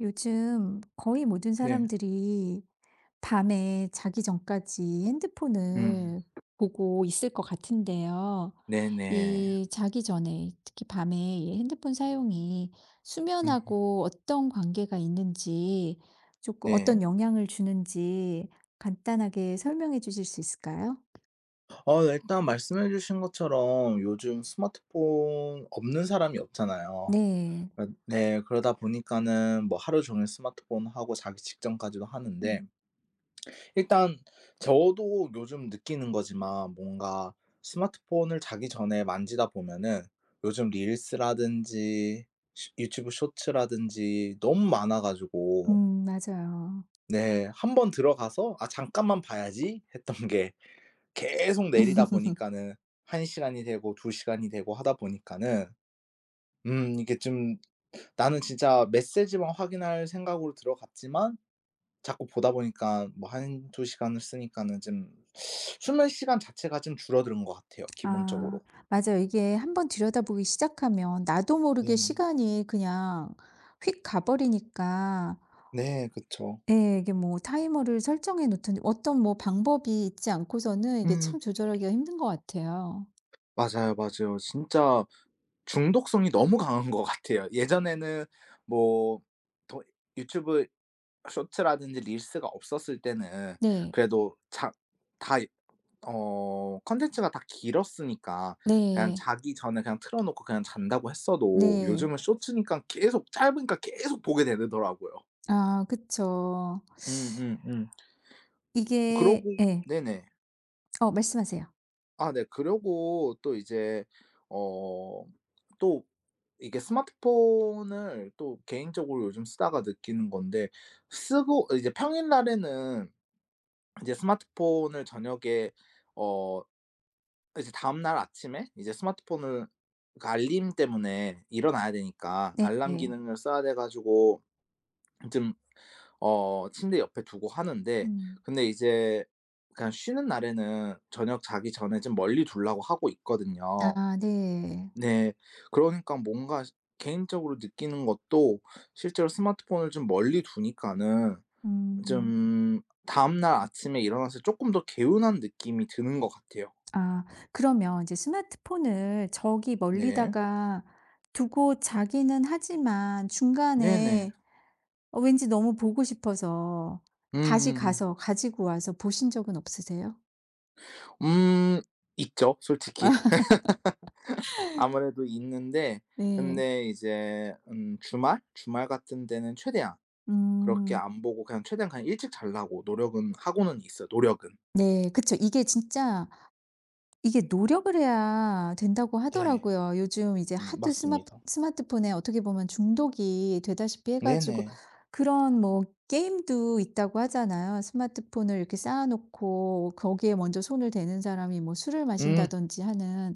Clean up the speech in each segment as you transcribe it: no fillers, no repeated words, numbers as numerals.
요즘 거의 모든 네. 사람들이 밤에 자기 전까지 음. 핸드폰을 보고 있을 것 같은데요. 네네. 이 자기 전에 특히 밤에 이 핸드폰 사용이 음. 수면하고 어떤 관계가 있는지 조금 네. 어떤 영향을 주는지 간단하게 설명해 주실 수 있을까요? 일단 말씀해 주신 것처럼 요즘 스마트폰 없는 사람이 없잖아요. 네. 어, 네. 그러다 보니까는 뭐 하루 종일 스마트폰하고 자기 직전까지도 하는데 음, 일단 저도 요즘 느끼는 거지만 뭔가 스마트폰을 자기 전에 만지다 보면은 요즘 릴스라든지 시 유튜브 쇼츠라든지 너무 많아 가지고. 맞아요. 네. 한 번 들어가서 '아, 잠깐만 봐야지.' 했던 게 계속 내리다 보니까는 한 시간이 되고 두 시간이 되고 하다 보니까는, 이게 좀, 나는 진짜 메시지만 확인할 생각으로 들어갔지만 자꾸 보다 보니까 뭐 한 두 시간을 쓰니까는 좀 수면 시간 자체가 좀 줄어드는 것 같아요, 아 기본적으로. 맞아요. 이게 한번 들여다보기 시작하면 나도 모르게 네네. 시간이 그냥 휙 가버리니까 네, 그쵸. 예 이게 뭐 타이머를 설정해 놓든지 어떤 뭐 방법이 있지 않고서는 이게 음 참 조절하기가 힘든 것 같아요. 맞아요, 맞아요. 진짜 중독성이 너무 강한 것 같아요. 예전에는 뭐 더 유튜브 쇼츠라든지 릴스가 없었을 때는, 네. 그래도 자 다 어 콘텐츠가 다 길었으니까 그냥 네. 자기 전에 그냥 틀어 놓고 그냥 잔다고 했어도, 네. 요즘은 쇼츠니까 계속 짧으니까 계속 보게 되더라고요. 아 그쵸. 음음음. 그러고 이게 예. 네네. 어 말씀하세요. 아 네. 그러고 또 이제 어 또 이게 스마트폰을 또 개인적으로 요즘 쓰다가 느끼는 건데, 쓰고 이제 평일날에는 이제 스마트폰을 저녁에, 어 이제 다음날 아침에 이제 스마트폰을 그 알림 때문에 일어나야 되니까 네. 알람 네. 기능을 써야 돼 가지고 좀, 침대 옆에 두고 하는데, 음. 근데 이제 그냥 쉬는 날에는 저녁 자기 전에 좀 멀리 두려고 하고 있거든요. 아 네. 네. 그러니까 뭔가 개인적으로 느끼는 것도, 실제로 스마트폰을 좀 멀리 두니까는 음. 좀 다음 날 아침에 일어났을 때 쪼끔 더 개운한 느낌이 드는 것 같아요. 아 그러면 이제 스마트폰을 저기 네. 멀리다가 두고 자기는 하지만 네네. 중간에 왠지 너무 보고 싶어서 다시 음음음. 가서 가지고 와서 보신 적은 없으세요? 음 있죠, 솔직히. 아무래도 있는데, 네. 근데 이제 주말? 주말 같은 데는 최대한 그렇게 음. 안 보고 그냥 최대한 그냥 일찍 자려고 노력은 하고는 있어요, 노력은. 네. 그쵸. 이게 진짜 이게 노력을 해야 된다고 네. 하더라고요. 요즘 이제 하도 스마트 맞습니다. 스마트폰에 어떻게 보면 중독이 되다시피 해 가지고 네네. 그런 뭐 게임도 있다고 하잖아요. 스마트폰을 이렇게 쌓아 놓고 거기에 먼저 손을 대는 사람이 뭐 술을 음. 마신다든지 하는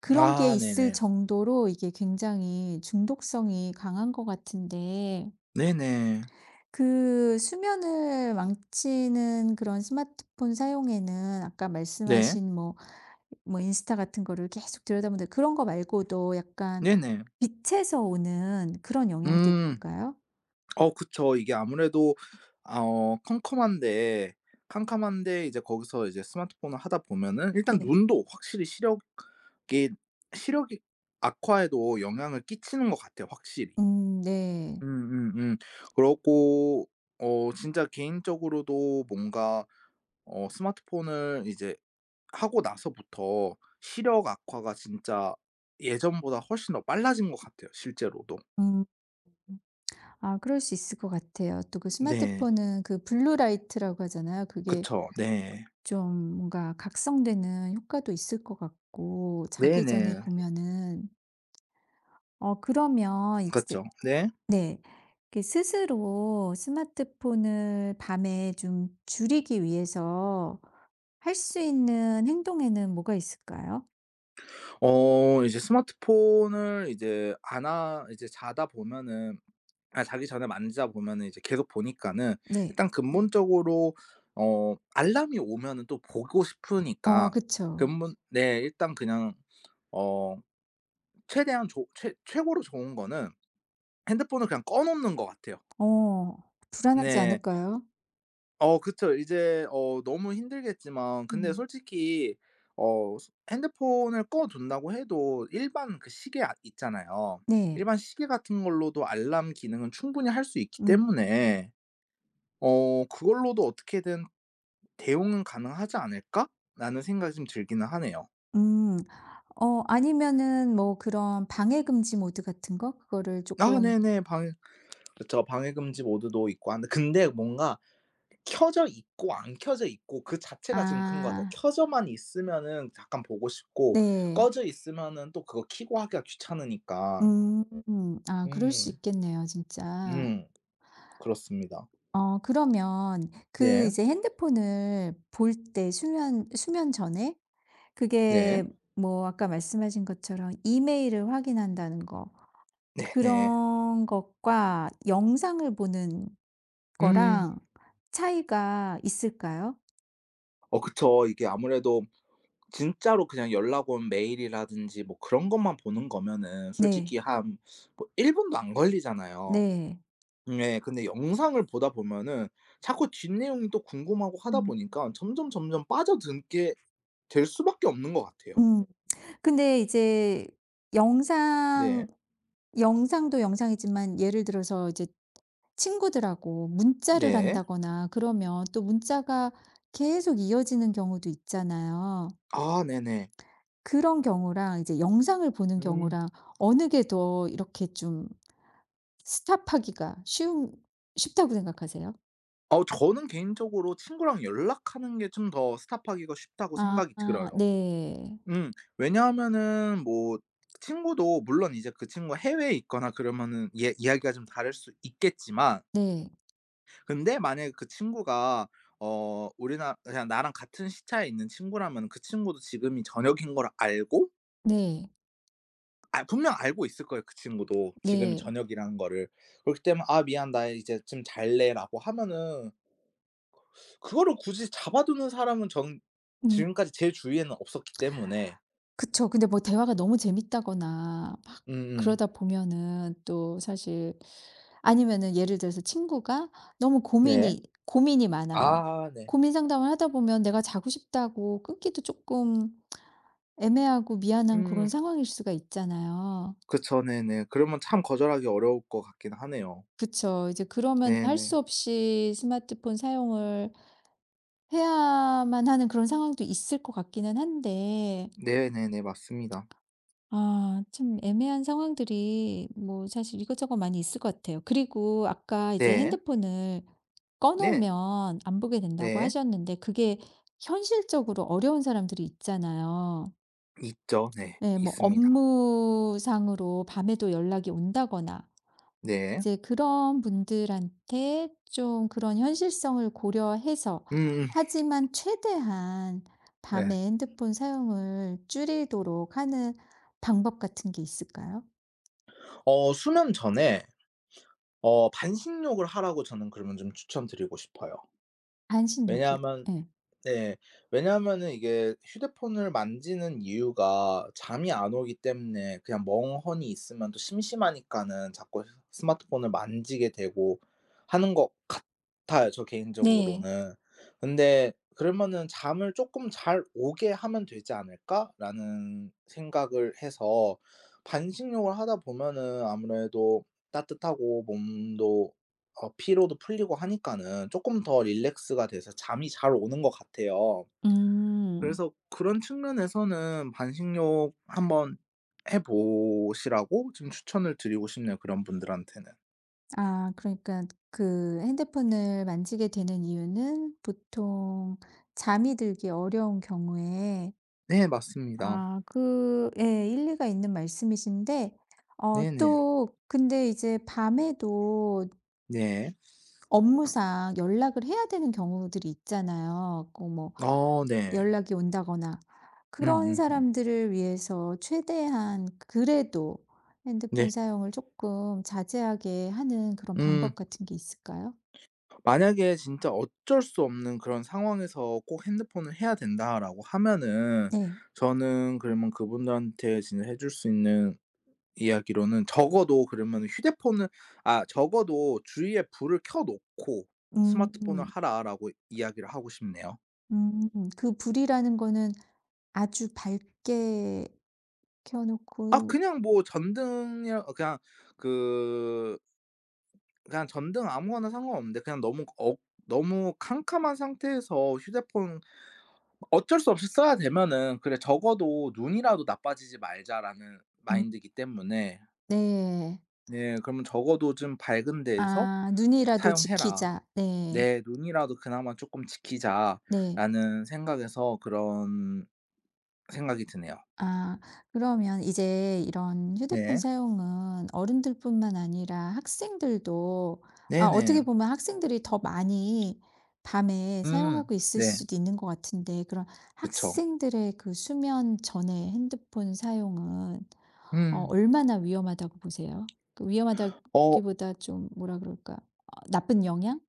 그런 게 아 있을 네네. 정도로 이게 굉장히 중독성이 강한 것 같은데 네네. 그 수면을 망치는 그런 스마트폰 사용에는 아까 네. 말씀하신 뭐 인스타 같은 거를 계속 들여다보는데 그런 거 말고도 약간 네네. 빛에서 오는 그런 영향도 음. 있을까요? 그쵸. 이게 아무래도, 아 어 컴컴한데 캄캄한데 이제 거기서 이제 스마트폰을 하다 보면은 일단 네. 눈도 확실히, 시력이 악화에도 영향을 끼치는 것 같아요, 확실히. 네. 음음음. 그렇고, 진짜 개인적으로도 뭔가, 스마트폰을 이제 하고 나서부터 시력 악화가 진짜 예전보다 훨씬 더 빨라진 것 같아요, 실제로도. 음. 아 그럴 수 있을 것 같아요. 또 그 네. 스마트폰은 그 블루라이트라고 하잖아요. 그게 그쵸. 네. 좀 뭔가 각성되는 효과도 있을 것 같고 자기 전에 네네. 보면은 그러면 그 이제. 죠 네. 네. 이렇게 스스로 스마트폰을 밤에 좀 줄이기 위해서 할 수 있는 행동에는 뭐가 있을까요? 이제 스마트폰을 이제 안 하 이제 자다 보면은, 아 자기 전에 만지다 보면은 이제 계속 보니까는, 네. 일단 근본적으로 알람이 오면은 또 보고 어, 싶으니까, 그쵸. 근본 네 일단 그냥, 어 최대한 좋 최 최고로 좋은 거는 핸드폰을 그냥 꺼 놓는 것 같아요. 어, 불안하지 네. 않을까요? 그쵸. 이제 너무 힘들겠지만, 근데 음. 솔직히 어 소 핸드폰을 꺼 둔다고 해도 일반 그 시계 아 있잖아요. 네. 일반 시계 같은 걸로도 알람 기능은 충분히 할 수 있기 음, 때문에, '그걸로도 어떻게든 대응은 가능하지 않을까?'라는 생각이 좀 들기는 하네요. 음. 아니면은 뭐 그런 방해 금지 모드 같은 거? 그거를 아 조금, 네네. 방해 그쵸. 방해 금지 모드도 있고 한데, 근데 뭔가 켜져 있고 안 켜져 있고 그 자체가 좀 큰 것 같아요. 아, 켜져만 있으면은 잠깐 보고 싶고, 네. 꺼져 있으면은 또 그거 켜고 하기가 귀찮으니까. 음, 아, 그럴 수 음. 있겠네요, 진짜. 음. 그렇습니다. 그러면 그 네. 이제 핸드폰을 볼 때 수면 전에 네. 그게 뭐 아까 말씀하신 것처럼 이메일을 확인한다는 거 네네. 그런 것과 영상을 보는 음. 거랑 차이가 있을까요? 그쵸. 이게 아무래도 진짜로 그냥 연락 온 메일이라든지 뭐 그런 것만 보는 거면은 네. 솔직히 한 뭐 1분 분도 안 걸리잖아요. 네. 네. 근데 영상을 보다 보면은 자꾸 뒷내용이 또 궁금하고 하다 음. 보니까 점점 점점 빠져든 게 될 수밖에 없는 것 같아요. 음. 근데 이제 영상 네. 영상도 영상이지만 예를 들어서 이제 친구들하고 문자를 네. 한다거나 그러면 또 문자가 계속 이어지는 경우도 있잖아요. 아 네네. 그런 경우랑 이제 영상을 보는 음. 경우랑 어느 게 더 이렇게 좀 스탑하기가 쉬운 쉽다고 생각하세요? 저는 개인적으로 친구랑 연락하는 게 좀 더 스탑하기가 쉽다고 아 생각이 들어요. 네. 음. 왜냐하면은 뭐 친구도 물론 이제, 그 친구가 해외에 있거나 그러면은, 예, 이야기가 좀 다를 수 있겠지만, 네. 근데 만약에 그 친구가 어 우리나 그냥 나랑 같은 시차에 있는 친구라면 그 친구도 지금이 저녁인 걸 알고, 네. 아, 분명 알고 있을 거예요, 그 친구도 지금이 네. 저녁이라는 거를. 그렇기 때문에 "아, 미안, 나 이제 좀 잘래."라고 하면은, 그거를 굳이 잡아두는 사람은 전 음. 지금까지 제 주위에는 없었기 때문에. 그쵸. 근데 뭐 대화가 너무 재밌다거나 막 음음 그러다 보면은 또 사실 아니면은 예를 들어서 친구가 너무 네. 고민이 많아요. 아 네. 고민 상담을 하다 보면 내가 자고 싶다고 끊기도 쪼끔 애매하고 미안한 그런 음 상황일 수가 있잖아요. 그쵸. 네네. 그러면 참 거절하기 어려울 것 같긴 하네요. 그쵸. 이제 그러면 할 네네. 수 없이 스마트폰 사용을 해야만 하는 그런 상황도 있을 것 같기는 한데 네네네. 맞습니다. 아 참 애매한 상황들이 뭐 사실 이것저것 많이 있을 것 같아요. 그리고 아까 이제 네. 핸드폰을 꺼 네. 놓으면 안 보게 된다고 네. 하셨는데 그게 현실적으로 어려운 사람들이 있잖아요. 있죠. 네. 네, 뭐 있습니다. 업무상으로 밤에도 연락이 온다거나 네. 이제 그런 분들한테 좀 그런 현실성을 고려해서 음음 하지만 최대한 네. 밤에 핸드폰 사용을 줄이도록 하는 방법 같은 게 있을까요? 수면 전에 반신욕을 하라고, 저는 그러면 좀 추천드리고 싶어요. 반신욕이요? 왜냐하면. 예. 네. 왜냐하면은 이게 휴대폰을 만지는 이유가 잠이 안 오기 때문에, 그냥 멍하니 있으면 또 심심하니까는 자꾸 스 스마트폰을 만지게 되고 하는 것 같아요, 저 네. 개인적으로는. 근데 그러면은 '잠을 쪼끔 잘 오게 하면 되지 않을까?'라는 생각을 해서, 반신욕을 하다 보면은 아무래도 따뜻하고 몸도 피로도 풀리고 하니까는 조금 더 릴렉스가 돼서 잠이 잘 오는 것 같아요. 음. 그래서 그런 측면에서는 반신욕 한번 해 보시라고 지금 추천을 드리고 싶네요, 그런 분들한테는. 아 그러니까 그 핸드폰을 만지게 되는 이유는 보통 잠이 들기 어려운 경우에. 네 맞습니다. 아 그 예 일리가 있는 말씀이신데 네네. 또 근데 이제 밤에도 네. 업무상 연락을 해야 되는 경우들이 있잖아요. 꼭 뭐 어 네. 연락이 온다거나 그런 음음음. 사람들을 위해서 최대한 그래도 핸드폰 네. 사용을 조금 자제하게 하는 그런 음 방법 같은 게 있을까요? 만약에 진짜 어쩔 수 없는 그런 상황에서 꼭 "핸드폰을 해야 된다."라고 하면은, 네. 저는 그러면 그분들한테 진짜 해줄 수 있는 이야기로는, 적어도 그러면 휴대폰은, 아, 적어도 주위에 불을 켜 놓고 "스마트폰을 음 하라."라고 이야기를 하고 싶네요. 그 불이라는 거는 아주 밝게 켜 아 놓고. 그냥 뭐 전등이랑 그 그냥 전등 아무거나 상관없는데, 그냥 너무 캄캄한 상태에서 휴대폰 어쩔 수 없이 써야 되면은, 그래 적어도 '눈이라도 나빠지지 말자.'라는 음 마인드이기 때문에, 네. 네, 그러면 적어도 좀 '밝은 데에서 아 '눈이라도 사용해라. 지키자.' 네. 내 눈이라도 그나마 조금 네. 지키자.'라는 생각에서 그런 생각이 드네요. 아 그러면 이제 이런 휴대폰 네. 사용은 어른들뿐만 아니라 학생들도, 네네. 어떻게 보면 학생들이 더 많이 밤에 음. 사용하고 있을 네. 수도 있는 것 같은데 그런 그쵸. 학생들의 그 수면 전에 핸드폰 사용은 음. 얼마나 위험하다고 보세요? 그 어 위험하다기보다 좀 뭐라 그럴까? 나쁜 영향?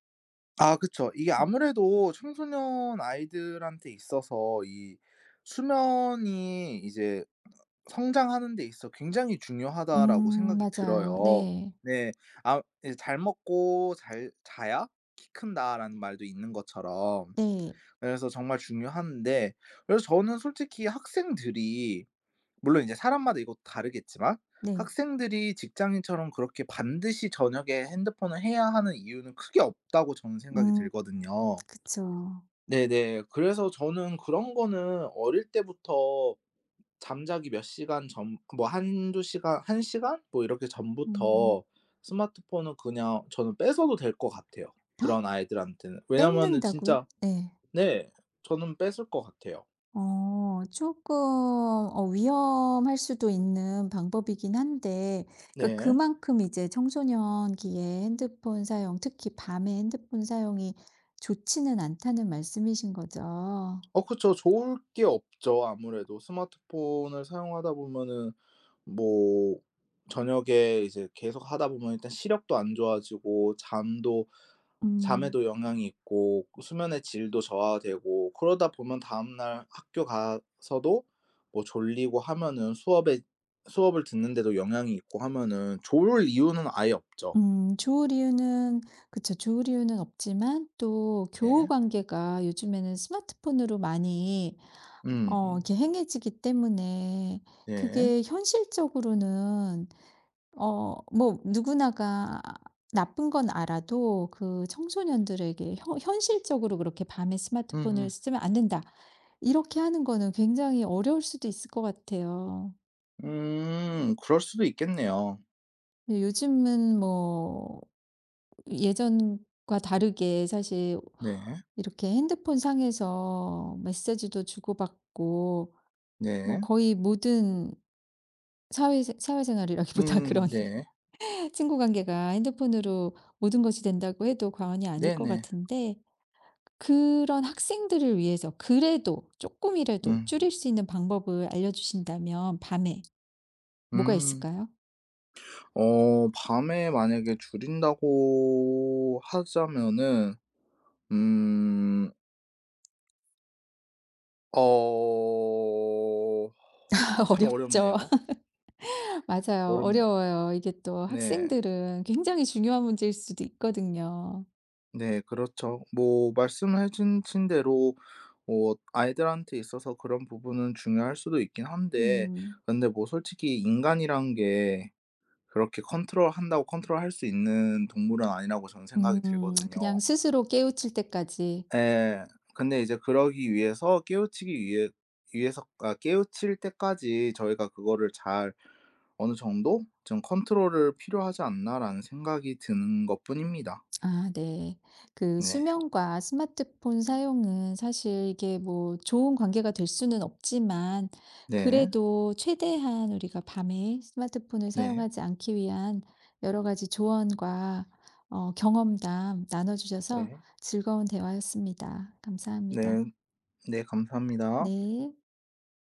그쵸. 이게 음 아무래도 청소년 아이들한테 있어서 이 수면이 이제 성장하는 데 있어 굉장히 중요하다라고 생각이 맞아요. 들어요. 네. 네. 아 이제 "잘 먹고 잘 자야 키 큰다."라는 말도 있는 것처럼, 네. 그래서 정말 중요한데, 그래서 저는 솔직히 학생들이, 물론 이제 사람마다 이것도 다르겠지만, 네. 학생들이 직장인처럼 그렇게 반드시 저녁에 핸드폰을 해야 하는 이유는 크게 없다고 저는 생각이 음 들거든요. 그쵸. 네네. 그래서 저는 그런 거는 어릴 때부터, 잠자기 몇 시간 전 뭐 한두 시간 한 시간 뭐 이렇게 음. 전부터 스마트폰은 그냥 저는 뺏어도 될 것 같아요, 그런 아이들한테는. 왜냐면은 뺏는다고요? 진짜, 네. 네, 저는 뺏을 것 같아요. 조금 위험할 수도 있는 방법이긴 한데 그러니까 네. 그만큼 이제 청소년기에 핸드폰 사용, 특히 밤에 핸드폰 사용이 좋지는 않다는 말씀이신 거죠. 그쵸. 좋을 게 없죠 아무래도. 스마트폰을 사용하다 보면은 뭐 저녁에 이제 계속 하다 보면 일단 시력도 안 좋아지고, 잠도 음. 잠에도 영향이 있고, 그 수면의 질도 저하되고, 그러다 보면 다음날 학교 가서도 뭐 졸리고 하면은, 수업에 수업을 듣는데도 영향이 있고 하면은 좋을 이유는 아예 없죠. 좋을 이유는 그쵸. 좋을 이유는 없지만 또 교우 네. 관계가 요즘에는 스마트폰으로 많이 음. 음. 이렇게 행해지기 때문에 네. 그게 현실적으로는 뭐 누구나가 나쁜 건 알아도 그 청소년들에게 현실적으로 그렇게 "밤에 스마트폰을 음음. 쓰면 안 된다." 이렇게 하는 거는 굉장히 어려울 수도 있을 것 같아요. 음. 그럴 수도 있겠네요. 근데 요즘은 뭐 예전과 다르게 사실 네. 이렇게 핸드폰 상에서 메시지도 주고받고 뭐 네. 거의 모든 사회생활이라기보다 그런 네. 친구 관계가 핸드폰으로 모든 것이 된다고 해도 과언이 아닐 것 네네. 같은데 그런 학생들을 위해서 그래도 조금이라도 음. 줄일 수 있는 방법을 알려주신다면 밤에 뭐가 음. 있을까요? 밤에 만약에 줄인다고 하자면은, 음 어 참 어렵죠. 어렵네요. 맞아요. 어렵네요. 어려워요. 이게 또 네. 학생들은 굉장히 중요한 문제일 수도 있거든요. 네 그렇죠. 뭐 말씀해 주신 대로 뭐 아이들한테 있어서 그런 부분은 중요할 수도 있긴 한데, 음. 근데 뭐 솔직히 인간이란 게 그렇게 컨트롤한다고 컨트롤할 수 있는 동물은 아니라고 저는 생각이 음. 그냥 들거든요. 스스로 깨우칠 때까지. 예. 근데 이제 그러기 위해서 깨우치기 위해 위해서 아 깨우칠 때까지 저희가 그거를 잘, 어느 정도 좀 '컨트롤을 필요하지 않나.'라는 생각이 드는 것뿐입니다. 아 네. 그 네. 수면과 스마트폰 사용은 사실 이게 뭐 좋은 관계가 될 수는 없지만 네. 그래도 최대한 우리가 밤에 스마트폰을 네. 사용하지 않기 위한 여러 가지 조언과 경험담 나눠 주셔서 네. 즐거운 대화였습니다. 감사합니다. 네. 네. 감사합니다. 네.